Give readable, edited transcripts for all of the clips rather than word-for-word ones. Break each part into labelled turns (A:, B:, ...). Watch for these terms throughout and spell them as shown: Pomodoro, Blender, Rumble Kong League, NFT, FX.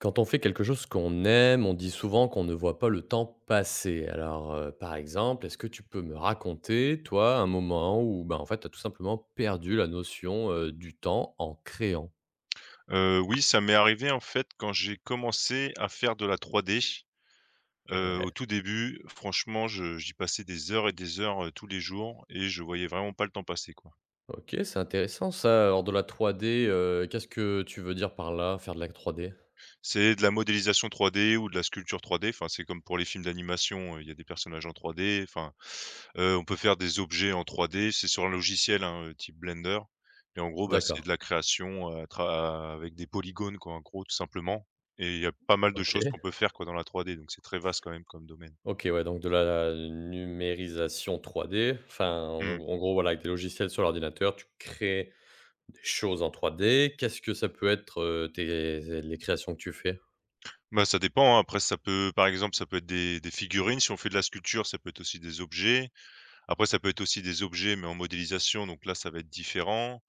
A: Quand on fait quelque chose qu'on aime, on dit souvent qu'on ne voit pas le temps passer. Alors, par exemple, est-ce que tu peux me raconter, toi, un moment où, ben, en fait, tu as tout simplement perdu la notion, du temps en créant?
B: Oui, ça m'est arrivé, en fait, quand j'ai commencé à faire de la 3D. Au
A: Ouais,
B: tout début, franchement, je j'y passais des heures et des heures, tous les jours et je voyais vraiment pas le temps passer, quoi.
A: OK, c'est intéressant ça. Alors de la 3D, qu'est-ce que tu veux dire par là, faire de la 3D?
B: C'est de la modélisation 3D ou de la sculpture 3D, enfin, c'est comme pour les films d'animation, il y a des personnages en 3D, enfin, on peut faire des objets en 3D. C'est sur un logiciel, hein, type Blender et en gros, bah, c'est
A: D'accord,
B: de la création, à tra avec des polygones, quoi, en gros, tout simplement. Et il y a pas mal de
A: OK.
B: choses qu'on peut faire, quoi, dans la 3D, donc c'est très vaste quand même comme domaine.
A: OK, ouais, donc de la numérisation 3D, enfin, en
B: Mmh.
A: en gros, voilà, avec des logiciels sur l'ordinateur, tu crées des choses en 3D. Qu'est-ce que ça peut être, tes les créations que tu fais?
B: Bah, ça dépend, hein. Après, ça peut être des figurines. Si on fait de la sculpture, ça peut être aussi des objets. Après, ça peut être aussi des objets, mais en modélisation, donc là, ça va être différent.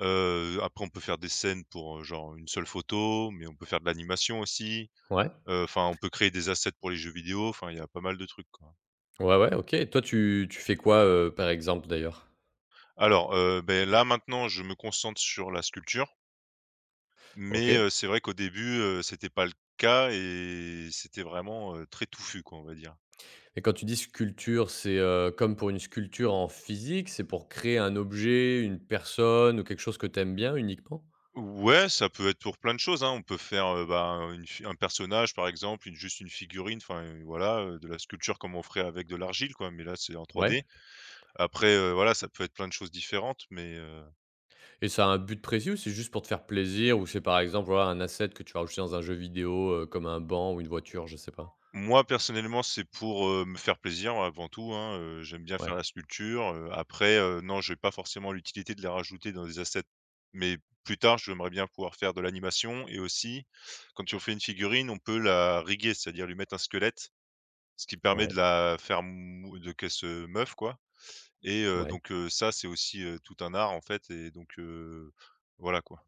B: Après, on peut faire des scènes pour, genre, une seule photo, mais on peut faire de l'animation aussi.
A: Ouais.
B: Enfin, on peut créer des assets pour les jeux vidéo. Enfin, il y a pas mal de trucs, quoi.
A: Ouais, ouais, OK. Et toi, tu fais quoi, par exemple, d'ailleurs?
B: Là, maintenant, je me concentre sur la sculpture, mais
A: OK.
B: c'est vrai qu'au début, c'était pas le cas et c'était vraiment, très touffu, quoi, on va dire.
A: Et quand tu dis sculpture, c'est, comme pour une sculpture en physique, c'est pour créer un objet, une personne ou quelque chose que tu aimes bien uniquement?
B: Ouais, ça peut être pour plein de choses, hein. On peut faire, bah, une fi un personnage par exemple, une figurine, enfin, voilà, de la sculpture comme on ferait avec de l'argile quoi, mais là c'est en
A: Ouais.
B: 3D. Après, voilà, ça peut être plein de choses différentes, mais,
A: Et ça a un but précis ou c'est juste pour te faire plaisir ou c'est par exemple, voilà, un asset que tu vas rajouter dans un jeu vidéo, comme un banc ou une voiture, je sais pas?
B: moi personnellement c'est pour, me faire plaisir avant tout, hein. J'aime bien faire
A: Ouais,
B: la sculpture, non, je n'ai pas forcément l'utilité de les rajouter dans des assets, mais plus tard j'aimerais bien pouvoir faire de l'animation. Et aussi quand on fait une figurine, on peut la riguer, c'est-à-dire lui mettre un squelette, ce qui permet de
A: ouais,
B: la faire mou de qu'elle se meuf, quoi.
A: ouais.
B: Ça, c'est aussi, tout un art, en fait. Voilà, quoi.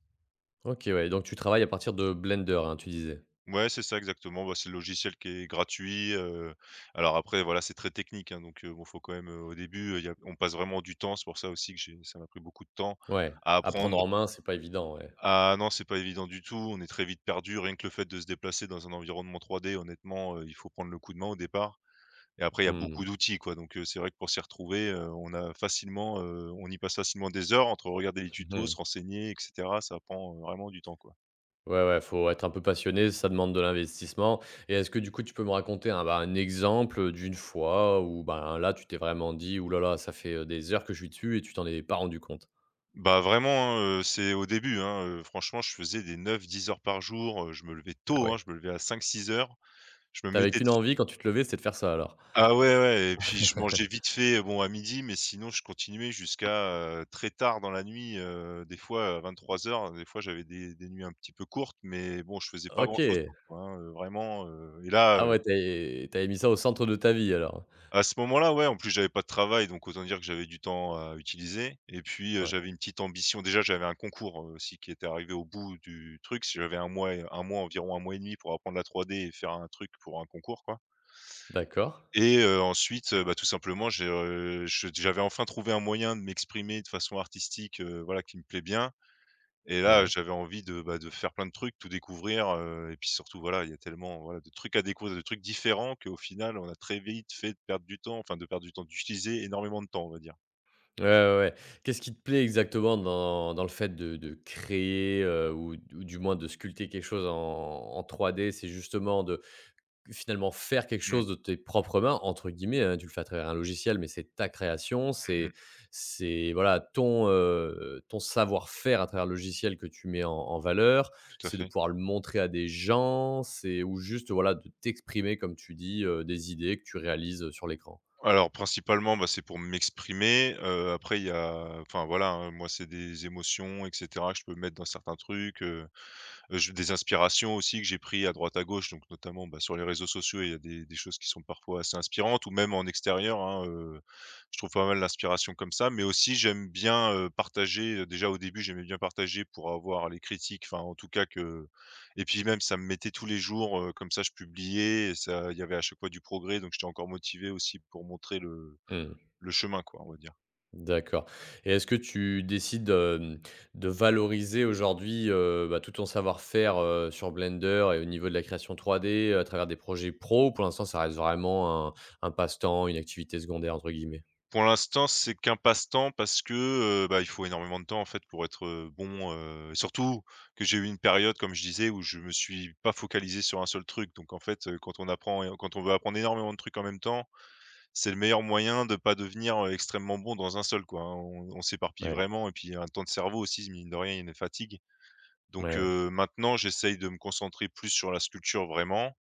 A: OK, ouais, donc tu travailles à partir de Blender, hein, tu disais?
B: Ouais, c'est ça exactement, bah, c'est le logiciel qui est gratuit. Alors après, voilà, c'est très technique, hein, donc bon, faut quand même, au début, y a on passe vraiment du temps, c'est pour ça aussi que j'ai ça m'a pris beaucoup de temps
A: Ouais,
B: à
A: à prendre
B: apprendre.
A: en main, c'est pas évident, ouais.
B: Ah non, c'est pas évident du tout, on est très vite perdu, rien que le fait de se déplacer dans un environnement 3D, honnêtement, il faut prendre le coup de main au départ. Et après, il y a
A: Mmh.
B: beaucoup d'outils, quoi. Donc, c'est vrai que pour s'y retrouver, on a facilement, on y passe facilement des heures entre regarder les tutos,
A: Mmh.
B: se renseigner, et cetera. Ça prend, vraiment du temps, quoi.
A: Ouais, ouais, faut être un peu passionné, ça demande de l'investissement et est-ce que du coup, tu peux me raconter un, bah, un exemple d'une fois où, ben, là, tu t'es vraiment dit: «Ouh là là, ça fait, des heures que je suis dessus» et tu t'en es pas rendu compte?
B: Bah, vraiment, hein, c'est au début, hein, franchement, je faisais des 9, 10 heures par jour, je me levais
A: Ah
B: tôt, hein,
A: ouais.
B: je me levais à 5, 6 heures. Je me
A: T'avais
B: mettais
A: qu'une
B: dessus.
A: envie quand tu te levais, c'était de faire ça alors?
B: Ah ouais, ouais, et puis je mangeais vite fait, bon à midi, mais sinon je continuais jusqu'à, très tard dans la nuit, des fois, à 23 heures. Des fois, j'avais des nuits un petit peu courtes, mais bon, je faisais pas grand chose
A: OK.
B: d'autre, quoi, hein, et là.
A: Ah ouais, tu avais mis ça au centre de ta vie alors?
B: À ce moment-là, ouais, en plus, j'avais pas de travail, donc autant dire que j'avais du temps à utiliser. Et puis,
A: Ouais,
B: j'avais une petite ambition. Déjà, j'avais un concours, aussi qui était arrivé au bout du truc. Si J'avais un mois et 1 mois, environ un mois et demi pour apprendre la 3D et faire un truc pour un concours, quoi.
A: d'accord.
B: Bah, tout simplement, j'avais enfin trouvé un moyen de m'exprimer de façon artistique, voilà, qui me plaît bien. Et là,
A: Ouais.
B: j'avais envie de, bah, de faire plein de trucs, tout découvrir. Et puis surtout, voilà, il y a tellement, voilà, de trucs à découvrir, de trucs différents qu'au final, on a très vite fait de perdre du temps, d'utiliser énormément de temps, on va dire.
A: Ouais, ouais, ouais. Qu'est-ce qui te plaît exactement dans le fait de créer, ou du moins de sculpter quelque chose en 3D? C'est justement de, finalement, faire quelque
B: Mmh,
A: chose de tes «propres mains», entre guillemets, hein, tu le fais à travers un logiciel, mais c'est ta création,
B: mmh mh,
A: c'est, voilà, ton, ton savoir-faire à travers le logiciel que tu mets en valeur.
B: tout à
A: C'est de
B: fait.
A: pouvoir le montrer à des gens, c'est ou juste, voilà, de t'exprimer, comme tu dis, des idées que tu réalises, sur l'écran.
B: Alors principalement, bah, c'est pour m'exprimer. Après il y a enfin voilà, hein, moi c'est des émotions et cetera que je peux mettre dans certains trucs. Je Des inspirations aussi que j'ai pris à droite à gauche, donc notamment, bah, sur les réseaux sociaux, il y a des choses qui sont parfois assez inspirantes ou même en extérieur, hein, je trouve pas mal l'inspiration comme ça. Mais aussi j'aime bien, partager. Déjà au début, j'aimais bien partager pour avoir les critiques, enfin en tout cas que… Et puis même ça me mettait tous les jours, comme ça je publiais et ça il y avait à chaque fois du progrès, donc j'étais encore motivé aussi pour montrer le
A: Mmh.
B: chemin quoi, on va dire.
A: D'accord et est-ce que tu décides, de valoriser aujourd'hui, bah, tout ton savoir-faire, sur Blender et au niveau de la création 3D à travers des projets pro, ou pour l'instant ça reste vraiment un passe-temps, une activité secondaire entre guillemets?
B: Pour l'instant, c'est qu'un passe-temps parce que, bah, il faut énormément de temps, en fait, pour être, bon. Surtout que j'ai eu une période, comme je disais, où je me suis pas focalisé sur un seul truc. Donc en fait, quand on apprend et quand on veut apprendre énormément de trucs en même temps, c'est le meilleur moyen de pas devenir, extrêmement bon dans un seul, quoi, hein. On s'éparpille
A: Ouais.
B: vraiment et puis un temps de cerveau aussi, mine de rien, il y a une fatigue. Donc
A: Ouais, ouais.
B: maintenant, j'essaye de me concentrer plus sur la sculpture, vraiment.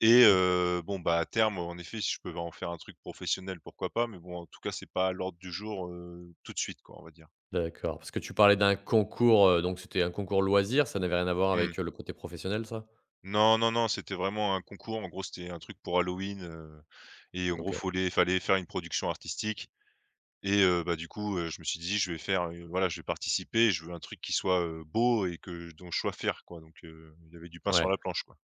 B: Et
A: OK,
B: bon, bah, à terme, en effet, si je peux en faire un truc professionnel, pourquoi pas? Mais bon, en tout cas, c'est pas à l'ordre du jour, tout de suite, quoi, on va dire.
A: d'accord. Parce que tu parlais d'un concours, donc c'était un concours loisir, ça n'avait rien à voir
B: Mmh.
A: avec, le côté professionnel ça?
B: Non, non, non, c'était vraiment un concours. En gros, c'était un truc pour Halloween. Et en gros,
A: OK,
B: fallait faire une production artistique. Bah, du coup, je me suis dit: «Je vais faire, voilà, je vais participer, je veux un truc qui soit, beau et que dont je sois fier, quoi». Donc il y avait du pain sur
A: ouais,
B: la planche, quoi.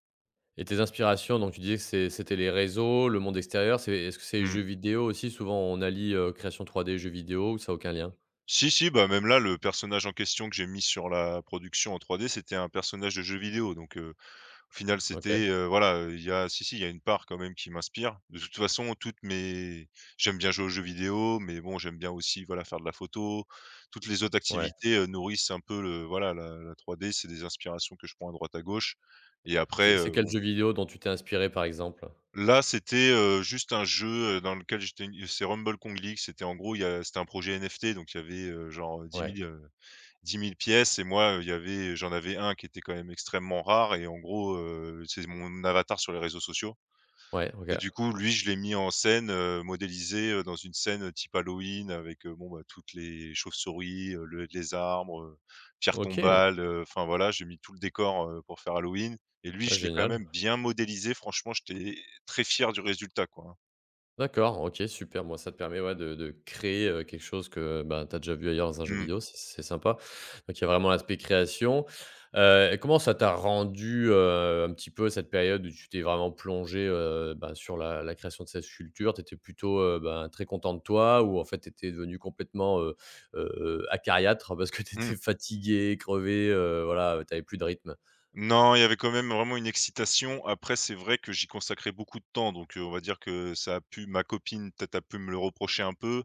A: et tes inspirations, donc tu disais que c'était les réseaux, le monde extérieur. C'est Est-ce que c'est les
B: Mmh.
A: jeux vidéo aussi? Souvent on allie, création 3D, jeux vidéo, ou ça a aucun lien?
B: Si, si, bah, même là, le personnage en question que j'ai mis sur la production en 3D, c'était un personnage de jeu vidéo, donc au final, c'était,
A: OK,
B: voilà, il y a si, si, il y a une part quand même qui m'inspire. De toute façon, toutes mes J'aime bien jouer aux jeux vidéo, mais bon, j'aime bien aussi, voilà, faire de la photo. Toutes les autres
A: ouais.
B: activités, nourrissent un peu le la 3D, c'est des inspirations que je prends à droite à gauche. Et après,
A: C'est quel jeu vidéo dont tu t'es inspiré, par exemple?
B: là, c'était, juste un jeu, dans lequel j'étais c'est Rumble Kong League, c'était en gros, il y a c'était un projet NFT, donc il y avait, genre,
A: Ouais,
B: 10 000 pièces. Et moi, il y avait j'en avais un qui était quand même extrêmement rare et en gros, c'est mon avatar sur les réseaux sociaux.
A: ouais, OK.
B: Et du coup, lui, je l'ai mis en scène, modélisé, dans une scène, type Halloween avec, bon, bah, toutes les chauves-souris, le les arbres, pierres
A: OK,
B: tombales, enfin voilà, j'ai mis tout le décor, pour faire Halloween. Et lui,
A: ah
B: je l'ai quand
A: génial.
B: même bien modélisé. Franchement, j'étais très fier du résultat, quoi, hein.
A: D'accord, OK, super. Moi, ça te permet, ouais, de créer, quelque chose que, ben, tu as déjà vu ailleurs dans un jeu
B: Mmh.
A: vidéo, c'est sympa. Donc il y a vraiment l'aspect création, et comment ça t'a rendu, un petit peu cette période où tu t'es vraiment plongé, ben, sur la création de cette sculpture? Tu étais plutôt, ben, très content de toi, ou en fait, tu étais devenue complètement, heu acariâtre parce que tu
B: Mmh.
A: étais fatiguée, crevée, voilà, tu avais plus de rythme?
B: Non, il y avait quand même vraiment une excitation. Après, c'est vrai que j'y consacrais beaucoup de temps, donc on va dire que ça a pu ma copine peut-être a pu me le reprocher un peu.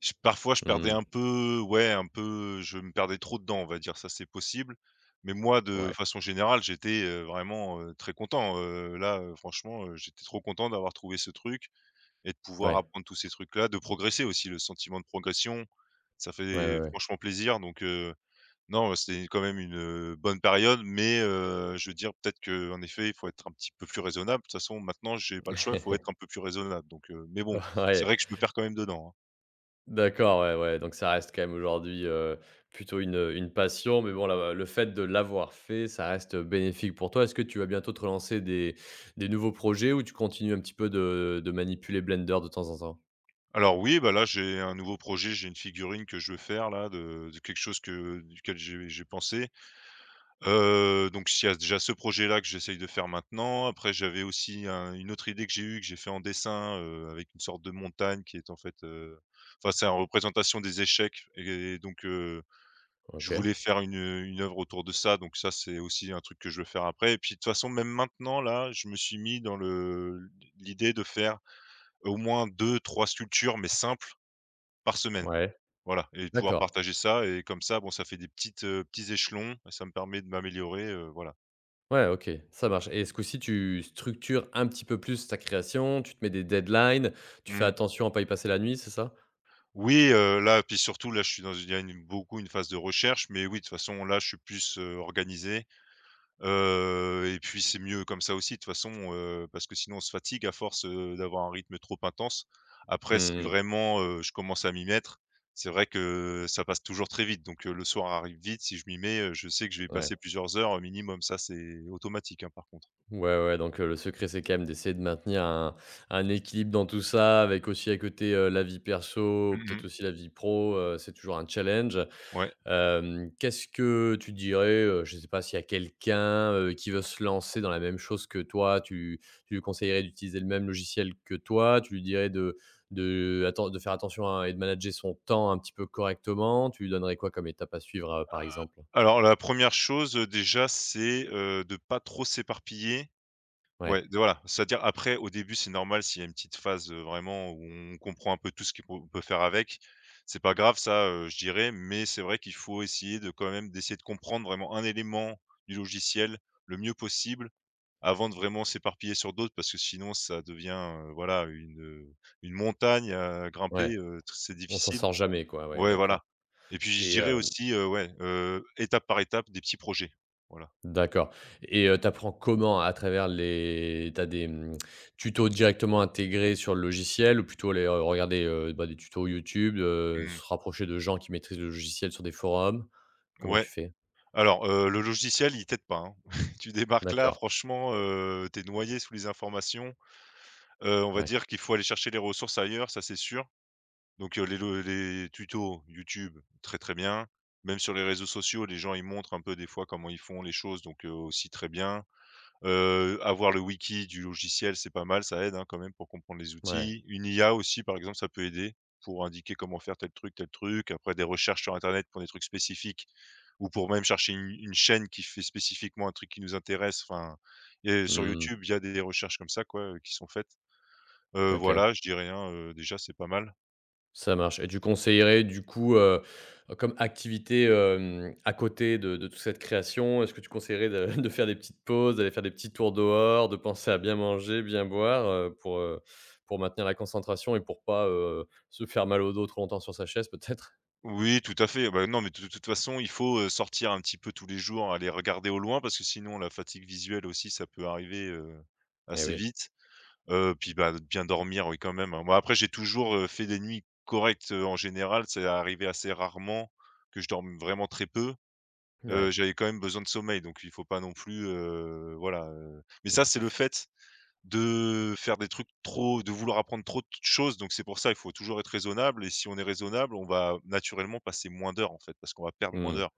B: Je perdais
A: Mmh.
B: un peu, ouais, un peu, je me perdais trop dedans, on va dire, ça, c'est possible. Mais moi, de
A: Ouais.
B: façon générale, j'étais, vraiment, très content. Franchement, j'étais trop content d'avoir trouvé ce truc et de pouvoir
A: Ouais.
B: apprendre tous ces trucs-là, de progresser aussi, le sentiment de progression, ça
A: Ouais, ouais,
B: fait
A: ouais.
B: franchement plaisir. Non, c'était quand même une, bonne période, mais je veux dire peut-être que en effet, il faut être un petit peu plus raisonnable. De toute façon, maintenant, j'ai pas le choix, il faut être un peu plus raisonnable donc mais bon, c'est
A: Ouais.
B: vrai que je me perds quand même dedans, hein.
A: D'accord, ouais, ouais, donc ça reste quand même aujourd'hui, plutôt une passion, mais bon, la le fait de l'avoir fait, ça reste bénéfique pour toi. Est-ce que tu vas bientôt te relancer des nouveaux projets, ou tu continues un petit peu de manipuler Blender de temps en temps?
B: Alors oui, bah, là, j'ai un nouveau projet, j'ai une figurine que je veux faire là de quelque chose que duquel j'ai pensé. Donc il y a déjà ce projet-là que j'essaye de faire maintenant. Après j'avais aussi un une autre idée que j'ai eue, que j'ai fait en dessin, avec une sorte de montagne qui est en fait, enfin c'est une représentation des échecs et donc je
A: OK,
B: voulais faire une œuvre autour de ça. Donc ça, c'est aussi un truc que je veux faire après, et puis de toute façon, même maintenant là, je me suis mis dans le l'idée de faire au moins deux, trois sculptures, mais simples, par semaine.
A: ouais,
B: Voilà, et de pouvoir
A: d'accord.
B: partager ça, et comme ça, bon, ça fait des petits échelons, ça me permet de m'améliorer, voilà.
A: Ouais, OK, ça marche, et ce coup-ci, tu structures un petit peu plus ta création, tu te mets des deadlines, tu fais
B: Mmh.
A: attention à pas y passer la nuit, c'est ça?
B: Oui, là, puis surtout là, je suis dans une il y a une beaucoup une phase de recherche, mais oui, de toute façon là, je suis plus, organisé. Et puis c'est mieux comme ça aussi de toute façon, parce que sinon on se fatigue à force, d'avoir un rythme trop intense. Après, si
A: Mmh.
B: vraiment, je commence à m'y mettre, c'est vrai que ça passe toujours très vite, donc le soir arrive vite. Si je m'y mets, je sais que je vais y
A: Ouais.
B: passer plusieurs heures, minimum. Ça, c'est automatique, hein, par contre.
A: Ouais, ouais, donc le secret, c'est quand même d'essayer de maintenir un équilibre dans tout ça, avec aussi à côté, la vie perso, peut-être
B: Mmh.
A: aussi la vie pro, c'est toujours un challenge.
B: Ouais.
A: Qu'est-ce que tu dirais, je ne sais pas s'il y a quelqu'un, qui veut se lancer dans la même chose que toi, tu lui conseillerais d'utiliser le même logiciel que toi? Tu lui dirais de atten de faire attention à, et de manager son temps un petit peu correctement? Tu lui donnerais quoi comme étape à suivre, par exemple?
B: Alors, la première chose, déjà, c'est, de pas trop s'éparpiller. Ouais,
A: Ouais,
B: de voilà, c'est-à-dire, après, au début, c'est normal s'il y a une petite phase, vraiment où on comprend un peu tout ce qu'on peut faire avec. C'est pas grave ça, je dirais, mais c'est vrai qu'il faut essayer de quand même d'essayer de comprendre vraiment un élément du logiciel le mieux possible avant de vraiment s'éparpiller sur d'autres, parce que sinon ça devient, voilà, une montagne à grimper,
A: ouais,
B: tr c'est
A: on s'en
B: difficile.
A: sort jamais quoi, ouais,
B: Ouais,
A: d'accord.
B: voilà. Et puis je
A: Et
B: dirais aussi, ouais, étape par étape, des petits projets. Voilà.
A: D'accord tu apprends comment? À travers les t'as des... tutos directement intégrés sur le logiciel, ou plutôt aller, regarder, bah, des tutos YouTube,
B: Mmh.
A: se rapprocher de gens qui maîtrisent le logiciel sur des forums? Comment
B: Ouais.
A: tu fais?
B: Alors, le logiciel, il t'aide pas, hein. Tu débarques là,
A: D'accord,
B: franchement, tu noyé sous les informations. On va
A: ouais,
B: dire qu'il faut aller chercher les ressources ailleurs, ça c'est sûr. Donc, les tutos YouTube, très, très bien. Même sur les réseaux sociaux, les gens, ils montrent un peu des fois comment ils font les choses, donc, aussi très bien. Avoir le wiki du logiciel, c'est pas mal, ça aide, hein, quand même pour comprendre les
A: ouais,
B: outils. Une IA aussi, par exemple, ça peut aider pour indiquer comment faire tel truc, tel truc. Après, des recherches sur internet pour des trucs spécifiques, ou pour même chercher une chaîne qui fait spécifiquement un truc qui nous intéresse. Enfin, et sur
A: mmh,
B: YouTube, il y a des recherches comme ça, quoi, qui sont faites.
A: OK.
B: Voilà, je dirais, hein, déjà, c'est pas mal.
A: Ça marche, et tu conseillerais du coup, comme activité, à côté de toute cette création, est-ce que tu conseillerais de de faire des petites pauses, d'aller faire des petits tours dehors, de penser à bien manger, bien boire, pour maintenir la concentration et pour pas, se faire mal au dos trop longtemps sur sa chaise peut-être?
B: Oui, tout à fait. Bah, non, mais de toute façon, il faut, sortir un petit peu tous les jours, aller regarder au loin, parce que sinon la fatigue visuelle aussi, ça peut arriver,
A: Eh
B: assez
A: oui,
B: vite. Puis, bah, de bien dormir, oui, quand même, hein. Moi, après, j'ai toujours, fait des nuits correctes, en général. C'est arrivé assez rarement que je dorme vraiment très peu.
A: ouais.
B: J'avais quand même besoin de sommeil, donc il faut pas non plus, voilà, mais
A: Mmh.
B: ça, c'est le fait de faire des trucs trop, de vouloir apprendre trop de choses. Donc c'est pour ça, il faut toujours être raisonnable, et si on est raisonnable, on va naturellement passer moins d'heures, en fait, parce qu'on va perdre moins
A: Mmh.
B: d'heures.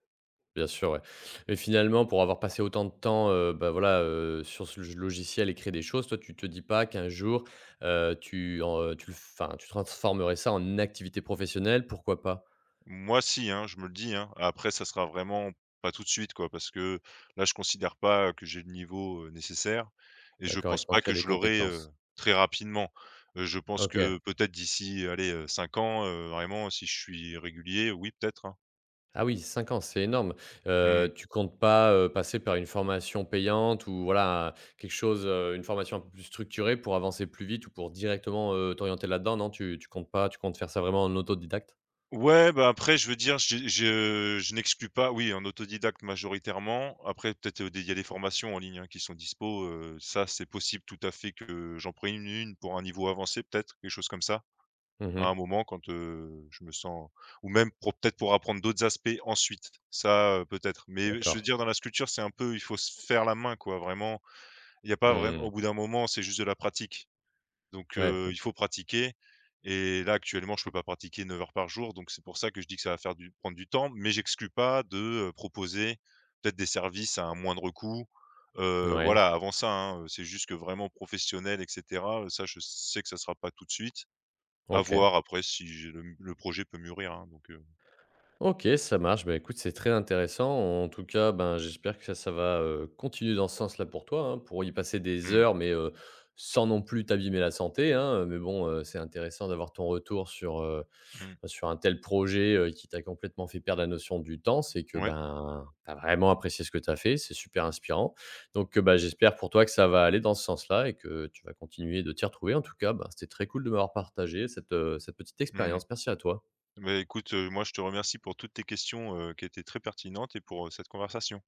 A: Bien sûr, ouais. Mais finalement, pour avoir passé autant de temps, bah, voilà, sur ce j logiciel et créer des choses, toi, tu te dis pas qu'un jour, tu le enfin, tu transformerais ça en activité professionnelle? Pourquoi pas?
B: Moi, si, hein, je me le dis, hein. Après, ça sera vraiment pas tout de suite, quoi, parce que là, je considère pas que j'ai le niveau, nécessaire, et je
A: D'accord, il
B: pense
A: te
B: pas
A: manquerait
B: que
A: des
B: je l'aurai,
A: compétences.
B: très rapidement. Je pense
A: OK.
B: que peut-être d'ici, allez, 5 ans, vraiment, si je suis régulier, oui, peut-être, hein.
A: Ah oui, 5 ans, c'est énorme.
B: Mmh.
A: Tu comptes pas, passer par une formation payante ou voilà, un quelque chose, une formation un peu plus structurée pour avancer plus vite ou pour directement, t'orienter là-dedans, non? Tu comptes pas, tu comptes faire ça vraiment en autodidacte?
B: Ouais, bah, après, je veux dire, j'ai je n'exclus pas, oui, en autodidacte majoritairement. Après, peut-être, des il y a des formations en ligne, hein, qui sont dispo, ça, c'est possible tout à fait que j'en prenne une pour un niveau avancé, peut-être, quelque chose comme ça. À
A: Mmh.
B: un moment quand, je me sens, ou même pour peut-être pour apprendre d'autres aspects ensuite, ça, peut-être. Mais je veux
A: D'accord.
B: dire, dans la sculpture, c'est un peu, il faut se faire la main, quoi, vraiment. Il n'y a pas vraiment.
A: Mmh.
B: Au bout d'un moment, c'est juste de la pratique. Donc
A: Ouais.
B: il faut pratiquer, et là actuellement, je peux pas pratiquer 9 heures par jour, donc c'est pour ça que je dis que ça va faire du prendre du temps, mais j'exclus pas de, proposer peut-être des services à un moindre coût.
A: Ouais.
B: Voilà, avant ça, hein, c'est juste que vraiment professionnel et cetera, ça je sais que ça sera pas tout de suite, à
A: OK.
B: voir après si j'ai le projet peut mûrir, hein, donc
A: OK, ça marche. Bah, écoute, c'est très intéressant. En tout cas, ben, j'espère que ça va continuer dans ce sens-là pour toi, hein, pour y passer des
B: mmh,
A: heures, mais sans non plus t'abîmer la santé, hein. Mais bon, c'est intéressant d'avoir ton retour sur,
B: mmh,
A: sur un tel projet qui t'a complètement fait perdre la notion du temps. C'est que
B: ouais,
A: ben, tu as vraiment apprécié ce que tu as fait. C'est super inspirant. Donc, bah, j'espère pour toi que ça va aller dans ce sens-là et que tu vas continuer de t'y retrouver. En tout cas, ben, c'était très cool de m'avoir partagé cette petite
B: mmh.
A: expérience. Merci à toi.
B: Bah, écoute, moi je te remercie pour toutes tes questions, qui étaient très pertinentes, et pour, cette conversation.